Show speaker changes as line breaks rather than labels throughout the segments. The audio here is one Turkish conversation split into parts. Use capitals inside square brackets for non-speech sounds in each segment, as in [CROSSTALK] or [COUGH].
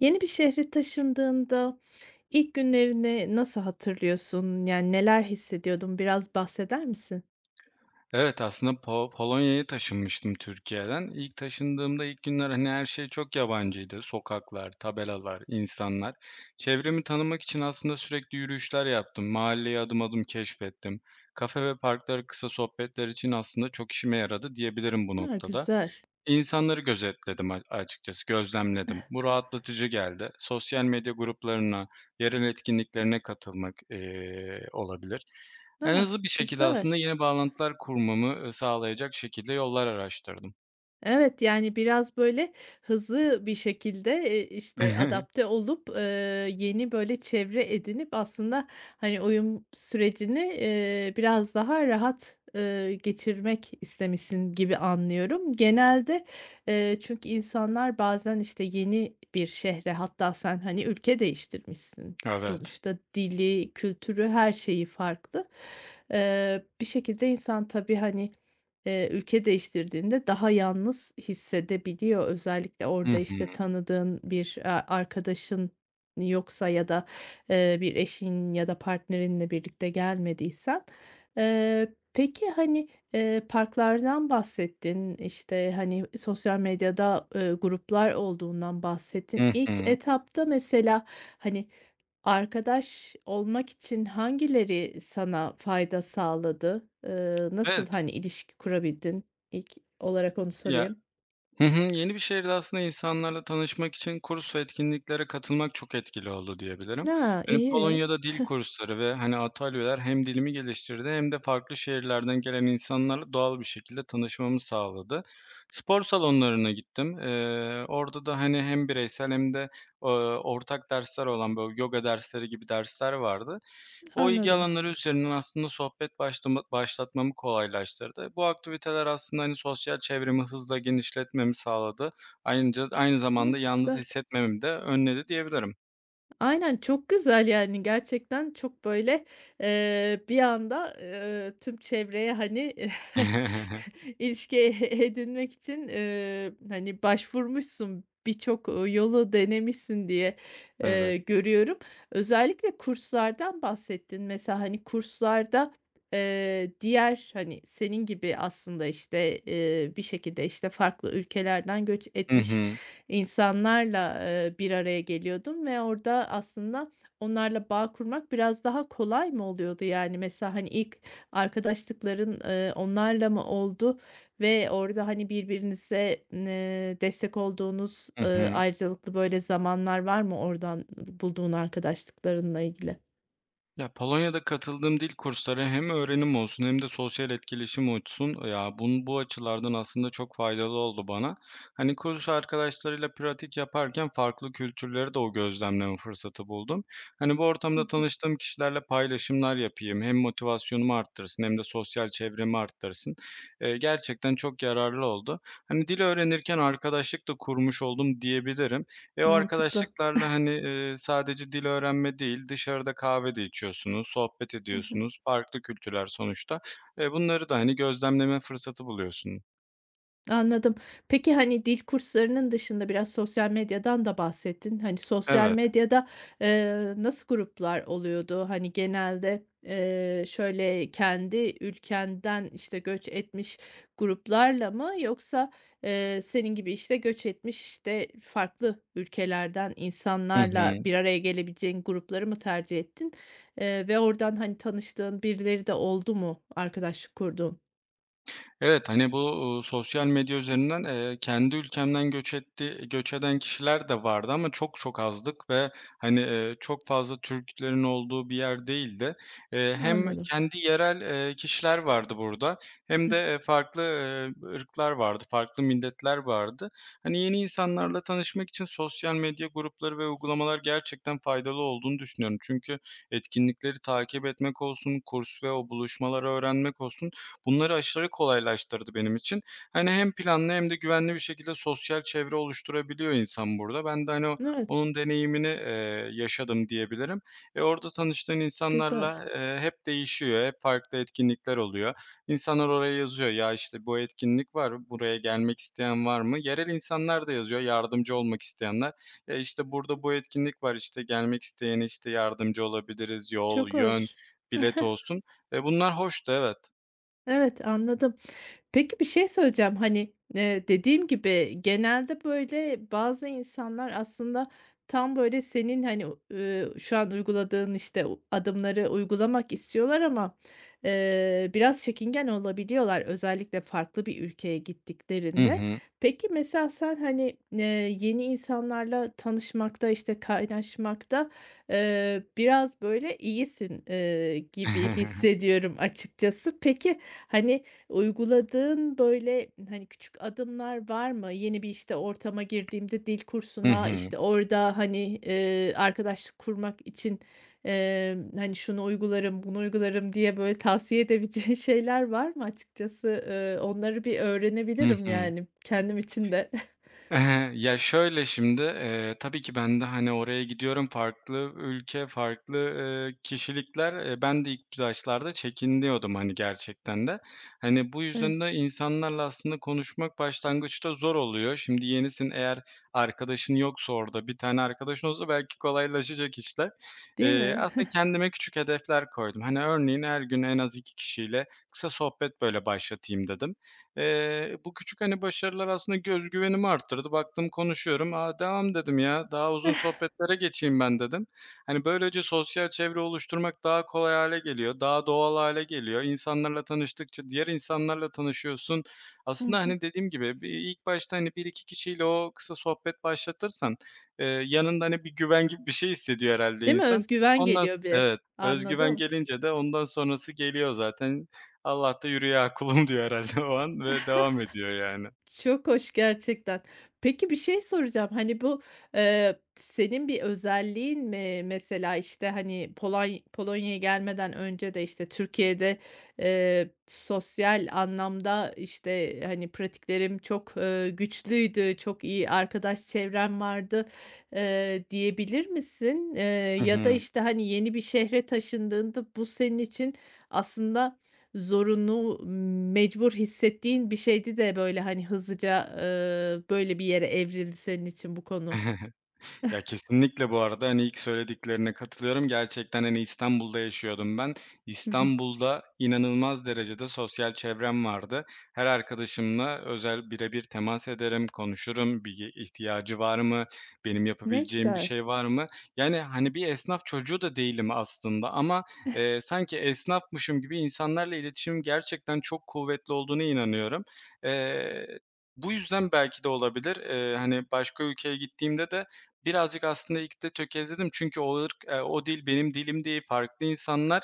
Yeni bir şehre taşındığında ilk günlerini nasıl hatırlıyorsun? Yani, neler hissediyordun? Biraz bahseder misin?
Evet, aslında Polonya'ya taşınmıştım Türkiye'den. İlk taşındığımda ilk günler, hani, her şey çok yabancıydı. Sokaklar, tabelalar, insanlar. Çevremi tanımak için aslında sürekli yürüyüşler yaptım. Mahalleyi adım adım keşfettim. Kafe ve parklar kısa sohbetler için aslında çok işime yaradı diyebilirim bu
A,
noktada.
güzel.
İnsanları gözetledim, açıkçası, gözlemledim. Bu rahatlatıcı geldi. Sosyal medya gruplarına, yerel etkinliklerine katılmak, olabilir. En Hı
A,
hızlı bir şekilde
güzel.
aslında yeni bağlantılar kurmamı, sağlayacak şekilde yollar araştırdım.
Evet, yani, biraz, böyle, hızlı bir şekilde, işte,
[LAUGHS]
adapte olup, yeni, böyle, çevre edinip aslında, hani, uyum sürecini, biraz daha rahat, geçirmek istemişsin gibi anlıyorum. Genelde, çünkü insanlar bazen, işte, yeni bir şehre hatta sen, hani, ülke değiştirmişsin.
Evet.
Sonuçta dili, kültürü, her şeyi farklı. Bir şekilde insan tabii, hani, ülke değiştirdiğinde daha yalnız hissedebiliyor. Özellikle
Hı
orada, işte,
hı.
tanıdığın bir, arkadaşın yoksa ya da, bir eşin ya da partnerinle birlikte gelmediysen. Peki, hani, parklardan bahsettin, işte, hani, sosyal medyada, gruplar olduğundan bahsettin.
Hı
İlk
hı.
etapta mesela, hani, arkadaş olmak için hangileri sana fayda sağladı?
Evet.
Nasıl, hani, ilişki kurabildin? İlk olarak onu
Ya,
sorayım.
hı hı. Yeni bir şehirde aslında insanlarla tanışmak için kurs ve etkinliklere katılmak çok etkili oldu diyebilirim.
A!
Hani,
İyi
Polonya'da dil kursları ve hani atölyeler hem dilimi geliştirdi hem de farklı şehirlerden gelen insanlarla doğal bir şekilde tanışmamı sağladı. Spor salonlarına gittim. Orada da hani hem bireysel hem de eee, ortak dersler olan böyle yoga dersleri gibi dersler vardı. O ilgi
anladım.
alanları üzerinden aslında sohbet başlatmamı kolaylaştırdı. Bu aktiviteler aslında, hani, sosyal çevremi hızla genişletmemi sağladı. Aynı zamanda
Ne
yalnız
güzel.
hissetmemi de önledi diyebilirim.
Aynen, çok güzel, yani, gerçekten çok, böyle, bir anda, tüm çevreye, hani, [LAUGHS]
[LAUGHS]
ilişki edinmek için, hani, başvurmuşsun, birçok, yolu denemişsin diye,
Evet.
görüyorum. Özellikle kurslardan bahsettin. Mesela, hani, kurslarda, diğer, hani, senin gibi aslında, işte, bir şekilde, işte, farklı ülkelerden göç
Hı
etmiş
hı.
insanlarla bir araya geliyordum ve orada aslında onlarla bağ kurmak biraz daha kolay mı oluyordu? Yani, mesela, hani, ilk arkadaşlıkların, onlarla mı oldu ve orada, hani, birbirinize, destek olduğunuz,
Hı hı.
ayrıcalıklı, böyle, zamanlar var mı oradan bulduğun arkadaşlıklarınla ilgili?
Ya, Polonya'da katıldığım dil kursları hem öğrenim olsun hem de sosyal etkileşim olsun, ya, bu açılardan aslında çok faydalı oldu bana. Hani, kurs arkadaşlarıyla pratik yaparken farklı kültürleri de o gözlemleme fırsatı buldum. Hani, bu
Hı
ortamda
hı.
tanıştığım kişilerle paylaşımlar yapayım. Hem motivasyonumu arttırsın hem de sosyal çevremi arttırsın. Gerçekten çok yararlı oldu. Hani, dil öğrenirken arkadaşlık da kurmuş oldum diyebilirim. Ve o
Mantıklı.
arkadaşlıklarla, hani, sadece dil öğrenme değil, dışarıda kahve de içiyorsunuz, sohbet
Hı hı.
ediyorsunuz, farklı kültürler sonuçta. Bunları da, hani, gözlemleme fırsatı buluyorsunuz.
Anladım. Peki, hani, dil kurslarının dışında biraz sosyal medyadan da bahsettin. Hani, sosyal
Evet.
medyada, nasıl gruplar oluyordu? Hani, genelde, şöyle kendi ülkenden, işte, göç etmiş gruplarla mı yoksa, senin gibi, işte, göç etmiş, işte, farklı ülkelerden
Hı hı.
insanlarla bir araya gelebileceğin grupları mı tercih ettin? Ve oradan, hani, tanıştığın birileri de oldu mu arkadaşlık kurduğun?
Evet, hani, bu, sosyal medya üzerinden, kendi ülkemden göç eden kişiler de vardı ama çok çok azdık ve, hani, çok fazla Türklerin olduğu bir yer değildi. Hem
Anladım.
kendi yerel, kişiler vardı burada, hem
Hıh.
de, farklı, ırklar vardı, farklı milletler vardı. Hani, yeni insanlarla tanışmak için sosyal medya grupları ve uygulamalar gerçekten faydalı olduğunu düşünüyorum. Çünkü etkinlikleri takip etmek olsun, kurs ve o buluşmaları öğrenmek olsun, bunları aşırı kolaylaştırdı benim için. Hani, hem planlı hem de güvenli bir şekilde sosyal çevre oluşturabiliyor insan burada. Ben de, hani, o
Evet,
onun deneyimini, yaşadım diyebilirim. Orada tanıştığın
güzel.
insanlarla, hep değişiyor, hep farklı etkinlikler oluyor. İnsanlar oraya yazıyor, "Ya, işte, bu etkinlik var, buraya gelmek isteyen var mı?" Yerel insanlar da yazıyor, yardımcı olmak isteyenler. "Ya, işte, burada bu etkinlik var, işte, gelmek isteyene, işte, yardımcı olabiliriz." Yol,
Çok
yön,
hoş.
bilet olsun. Bunlar hoştu, evet.
Evet, anladım. Peki, bir şey söyleyeceğim. Hani, dediğim gibi genelde, böyle, bazı insanlar aslında tam, böyle, senin, hani, o şu an uyguladığın, işte, o adımları uygulamak istiyorlar ama, biraz çekingen olabiliyorlar özellikle farklı bir ülkeye
Hı
gittiklerinde.
hı.
Peki, mesela sen, hani, yeni insanlarla tanışmakta, işte, kaynaşmakta, biraz, böyle, iyisin, gibi
[LAUGHS]
hissediyorum açıkçası. Peki, hani, uyguladığın, böyle, hani, küçük adımlar var mı? Yeni bir, işte, ortama girdiğimde dil
Hı
kursuna,
hı.
işte, orada, hani, arkadaşlık kurmak için, hani, şunu uygularım, bunu uygularım diye, böyle, tavsiye edebileceğin [LAUGHS] şeyler var mı açıkçası? Onları bir
Hı
öğrenebilirim,
hı.
yani, kendim için de. [LAUGHS]
[LAUGHS] Ya, şöyle şimdi, tabii ki ben de, hani, oraya gidiyorum, farklı ülke, farklı, kişilikler. Ben de ilk başlarda çekiniyordum, hani, gerçekten de. Hani, bu
Evet,
yüzden de insanlarla aslında konuşmak başlangıçta zor oluyor. Şimdi yenisin, eğer arkadaşın yoksa orada, bir tane arkadaşın olsa belki kolaylaşacak işler.
değil mi?
Aslında kendime küçük hedefler koydum. Hani, örneğin her gün en az 2 kişiyle kısa sohbet, böyle, başlatayım dedim. Bu küçük, hani, başarılar aslında göz güvenimi arttırdı. Baktım konuşuyorum. "A, devam." dedim ya. "Daha uzun
[LAUGHS]
sohbetlere geçeyim ben." dedim. Hani, böylece sosyal çevre oluşturmak daha kolay hale geliyor, daha doğal hale geliyor. İnsanlarla tanıştıkça diğer insanlarla tanışıyorsun.
Hı
Aslında,
hı.
hani, dediğim gibi bir ilk başta, hani, bir iki kişiyle o kısa sohbet başlatırsan, yanında, hani, bir güven gibi bir şey hissediyor herhalde
Değil mi?
insan.
Özgüven
Ondan
geliyor
s
bir.
Evet, özgüven
Anladım.
gelince de ondan sonrası geliyor zaten. Allah da "Yürü ya kulum." diyor herhâlde o an ve devam ediyor yani.
Çok hoş gerçekten. Peki bir şey soracağım. Hani bu, senin bir özelliğin mi? Mesela, işte, hani, Polonya'ya gelmeden önce de, işte, Türkiye'de, sosyal anlamda, işte, hani, pratiklerim çok, güçlüydü, çok iyi arkadaş çevrem vardı, diyebilir misin?
Hı
Ya da,
hı.
işte, hani, yeni bir şehre taşındığında bu senin için aslında, zorunlu, mecbur hissettiğin bir şeydi de, böyle, hani, hızlıca, böyle bir yere evrildi senin için bu konu.
Ya, kesinlikle bu arada, hani, ilk söylediklerine katılıyorum. Gerçekten, hani, İstanbul'da yaşıyordum ben.
Hı hı.
İstanbul'da inanılmaz derecede sosyal çevrem vardı. Her arkadaşımla özel birebir temas ederim, konuşurum, bir ge ihtiyacı var mı, benim
Ne
yapabileceğim bir
güzel,
şey var mı? Yani, hani, bir esnaf çocuğu da değilim aslında ama, sanki esnafmışım gibi insanlarla iletişimim gerçekten çok kuvvetli olduğuna inanıyorum. Eee, Bu yüzden belki de olabilir. Hani, başka ülkeye gittiğimde de birazcık aslında ilk de tökezledim çünkü o ırk, o dil benim dilim değil, farklı insanlar.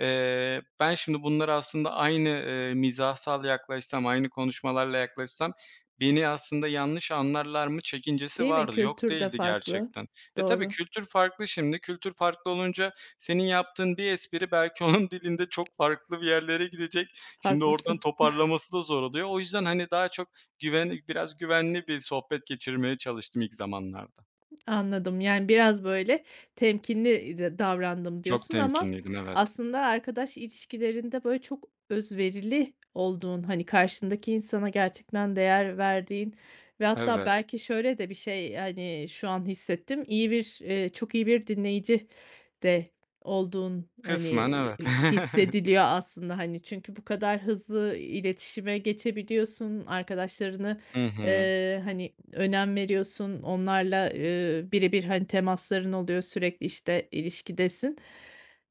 Ben şimdi bunlara aslında aynı, mizahsal yaklaşsam, aynı konuşmalarla yaklaşsam beni aslında yanlış anlarlar mı çekincesi
değil mi?
vardı, yok
Kültür de
değildi
farklı.
gerçekten. Tabii
Doğru,
kültür farklı şimdi. Kültür farklı olunca senin yaptığın bir espri belki [LAUGHS] onun dilinde çok farklı bir yerlere gidecek. Şimdi oradan
haklısın.
toparlaması da zor oluyor. O yüzden, hani, daha çok biraz güvenli bir sohbet geçirmeye çalıştım ilk zamanlarda.
Anladım. Yani biraz böyle temkinli davrandım
Çok
diyorsun ama
temkinliydim, evet.
aslında arkadaş ilişkilerinde böyle çok özverili olduğun, hani, karşındaki insana gerçekten değer verdiğin ve hatta
Evet.
belki şöyle de bir şey, hani, şu an hissettim. İyi bir, çok iyi bir dinleyici de olduğun, hani,
Kısmen evet. [LAUGHS]
hissediliyor aslında, hani, çünkü bu kadar hızlı iletişime geçebiliyorsun. Arkadaşlarını,
Hı hı.
hani, önem veriyorsun, onlarla, birebir, hani, temasların oluyor, sürekli, işte, ilişkidesin.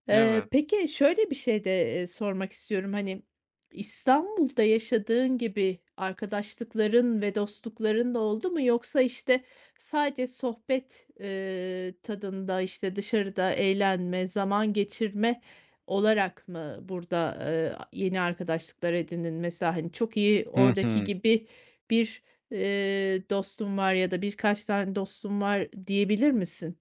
Eee,
Evet.
peki şöyle bir şey de, sormak istiyorum, hani, İstanbul'da yaşadığın gibi arkadaşlıkların ve dostlukların da oldu mu yoksa, işte, sadece sohbet, tadında, işte, dışarıda eğlenme, zaman geçirme olarak mı burada, yeni arkadaşlıklar edindin? Mesela, hani, çok iyi
Hı
oradaki
hı.
gibi bir, dostum var ya da birkaç tane dostum var diyebilir misin?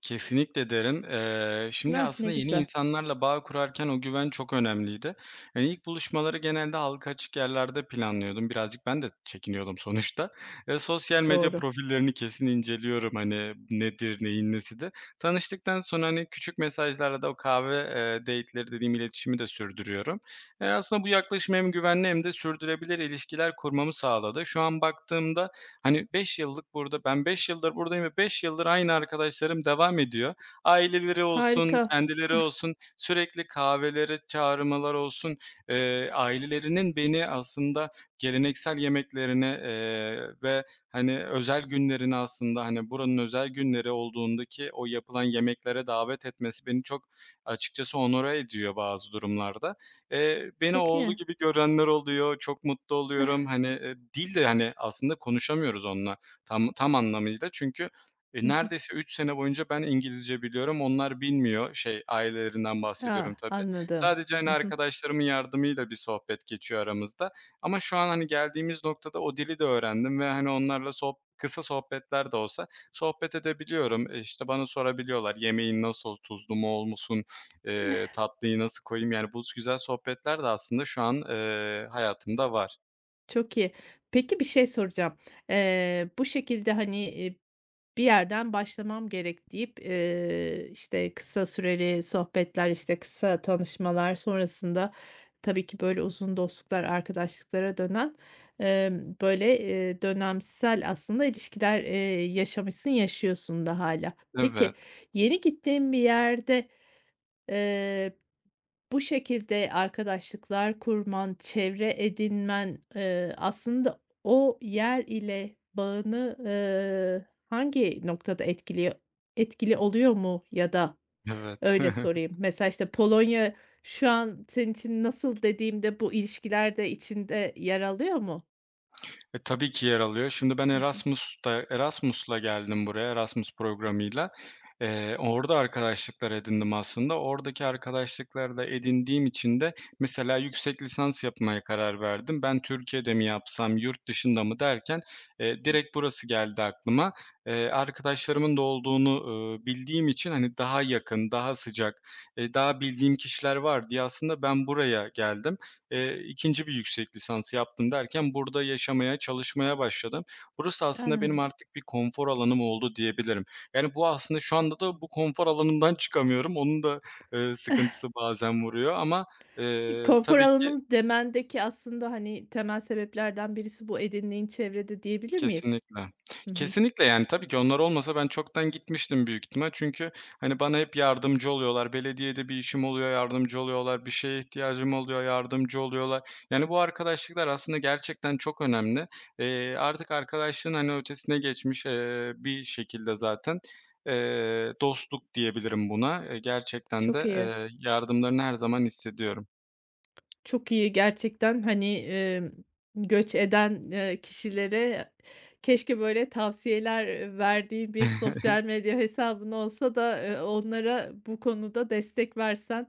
Kesinlikle derim. Şimdi
Ah, ne
aslında yeni
güzel.
insanlarla bağ kurarken o güven çok önemliydi. Yani, ilk buluşmaları genelde halka açık yerlerde planlıyordum. Birazcık ben de çekiniyordum sonuçta. Sosyal medya
Doğru.
profillerini kesin inceliyorum, hani, nedir, neyin nesidir. Tanıştıktan sonra, hani, küçük mesajlarla da o kahve, date'leri dediğim iletişimi de sürdürüyorum. Aslında bu yaklaşım hem güvenli hem de sürdürülebilir ilişkiler kurmamı sağladı. Şu an baktığımda, hani, 5 yıllık burada, ben 5 yıldır buradayım ve 5 yıldır aynı arkadaşlarım devam ediyor. Aileleri olsun,
Harika.
kendileri olsun, sürekli kahvelere çağırmalar olsun, ailelerinin beni aslında geleneksel yemeklerine, ve, hani, özel günlerine aslında, hani, buranın özel günleri olduğundaki o yapılan yemeklere davet etmesi beni çok açıkçası onore ediyor bazı durumlarda. Beni
Çok
oğlu
iyi.
gibi
[LAUGHS]
görenler oluyor, çok mutlu oluyorum. Hani, dil de, hani, aslında konuşamıyoruz onunla tam anlamıyla. Çünkü,
Hı,
neredeyse 3 sene boyunca ben İngilizce biliyorum, onlar bilmiyor. Şey, ailelerinden bahsediyorum tabii.
anladım.
Sadece, hani,
[LAUGHS]
arkadaşlarımın yardımıyla bir sohbet geçiyor aramızda ama şu an, hani, geldiğimiz noktada o dili de öğrendim ve, hani, onlarla kısa sohbetler de olsa sohbet edebiliyorum. İşte, bana sorabiliyorlar, "Yemeğin nasıl? Tuzlu mu olsun?" Tatlıyı nasıl koyayım? Yani, bu güzel sohbetler de aslında şu an, hayatımda var.
Çok iyi. Peki bir şey soracağım. Bu şekilde, hani, bir yerden başlamam gerek deyip, işte, kısa süreli sohbetler, işte, kısa tanışmalar sonrasında tabii ki böyle uzun dostluklar, arkadaşlıklara dönen, böyle, dönemsel aslında ilişkiler, yaşamışsın, yaşıyorsun da hala.
Evet,
Peki, yeni gittiğin bir yerde, eee bu şekilde arkadaşlıklar kurman, çevre edinmen, aslında o yer ile bağını, hangi noktada etkiliyor etkili oluyor mu ya da
evet.
öyle
[LAUGHS]
sorayım. Mesela, işte, Polonya şu an senin için nasıl dediğimde bu ilişkiler de içinde yer alıyor mu?
Tabii ki yer alıyor. Şimdi ben
Hı hı.
Erasmus'la geldim buraya, Erasmus programıyla. Orada arkadaşlıklar edindim aslında. Oradaki arkadaşlıkları da edindiğim için de mesela yüksek lisans yapmaya karar verdim. Ben Türkiye'de mi yapsam, yurt dışında mı derken,
Hı hı.
direkt burası geldi aklıma. Arkadaşlarımın da olduğunu, bildiğim için, hani, daha yakın, daha sıcak, daha bildiğim kişiler var diye aslında ben buraya geldim. 2. bir yüksek lisansı yaptım derken burada yaşamaya, çalışmaya başladım. Burası aslında benim
Anladım.
artık bir konfor alanım oldu diyebilirim. Yani, bu aslında şu anda da bu konfor alanımdan çıkamıyorum. Onun da, sıkıntısı bazen vuruyor ama,
Konfor
tabii ki.
alanım demendeki aslında, hani, temel sebeplerden birisi bu edindiğin çevrede diyebilir miyiz?
Kesinlikle.
Hı hı.
Kesinlikle, yani, tabii ki onlar olmasa ben çoktan gitmiştim büyük ihtimal. Çünkü, hani, bana hep yardımcı oluyorlar. Belediyede bir işim oluyor, yardımcı oluyorlar. Bir şeye ihtiyacım oluyor, yardımcı oluyorlar. Yani, bu arkadaşlıklar aslında gerçekten çok önemli. Artık arkadaşlığın, hani, ötesine geçmiş, bir şekilde zaten, dostluk diyebilirim buna. Gerçekten
Çok
de,
iyi.
yardımlarını her zaman hissediyorum.
Çok iyi gerçekten, hani, göç eden, kişilere keşke böyle tavsiyeler, verdiğin bir
[LAUGHS]
sosyal medya hesabın olsa da, onlara bu konuda destek versen,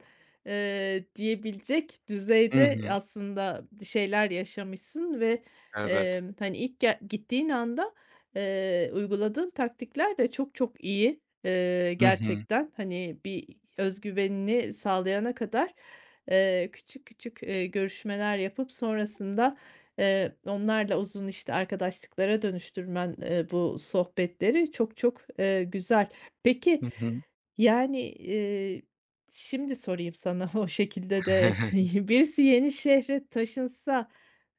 diyebilecek
Hı
düzeyde
hı.
aslında şeyler yaşamışsın ve,
Evet.
hani, ilk gittiğin anda, uyguladığın taktikler de çok çok iyi. Eee,
Hı hı.
gerçekten, hani, bir özgüvenini sağlayana kadar küçük küçük, görüşmeler yapıp sonrasında, onlarla uzun, işte, arkadaşlıklara dönüştürmen, bu sohbetleri çok çok, güzel. Peki,
Hı hı.
yani, şimdi sorayım sana [LAUGHS] o şekilde de
[LAUGHS]
[LAUGHS] birisi yeni şehre taşınsa,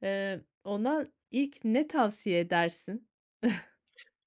ona ilk ne tavsiye edersin?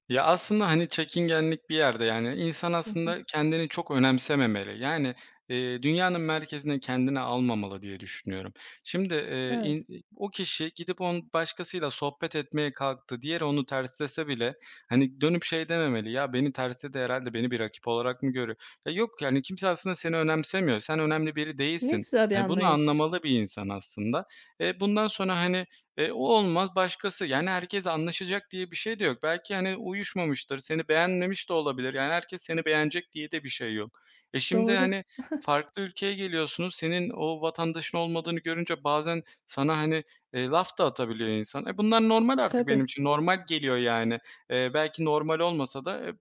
Ya, aslında, hani, çekingenlik bir yerde, yani, insan
Hı hı.
aslında kendini çok önemsememeli. Yani, dünyanın merkezine kendini almamalı diye düşünüyorum. Şimdi,
Evet.
o kişi gidip on başkasıyla sohbet etmeye kalktı, diğeri onu terslese bile, hani, dönüp şey dememeli, "Ya, beni tersledi herhalde, beni bir rakip olarak mı görüyor?" Ya, yok, yani, kimse aslında seni önemsemiyor. Sen önemli biri
Ne
değilsin.
güzel bir
Hani, bunu
anlayış.
anlamalı bir insan aslında. Bundan sonra, hani, o olmaz, başkası. Yani, herkes anlaşacak diye bir şey de yok. Belki, hani, uyuşmamıştır, seni beğenmemiş de olabilir. Yani, herkes seni beğenecek diye de bir şey yok. Şimdi,
Doğru.
hani,
[LAUGHS]
farklı ülkeye geliyorsunuz, senin o vatandaşın olmadığını görünce bazen sana, hani, laf da atabiliyor insan. Bunlar normal artık benim
Tabii,
için, normal geliyor, yani. Belki normal olmasa da,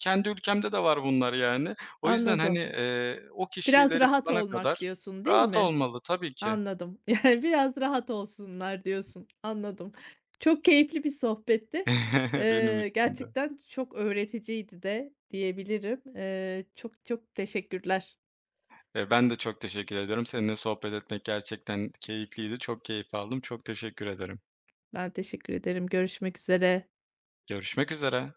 kendi ülkemde de var bunlar, yani. O yüzden, hani,
anladım.
o
Biraz
kişileri
rahat
bulana
olmak
kadar
diyorsun, değil
rahat
mi?
olmalı tabii ki
Anladım. [LAUGHS] Yani, biraz rahat olsunlar diyorsun. Anladım. Çok keyifli bir sohbetti.
[LAUGHS] benim
Eee,
için de.
gerçekten çok öğreticiydi de diyebilirim. Çok çok teşekkürler.
Ben de çok teşekkür ediyorum. Seninle sohbet etmek gerçekten keyifliydi. Çok keyif aldım. Çok teşekkür ederim.
Ben teşekkür ederim. Görüşmek üzere.
Görüşmek üzere.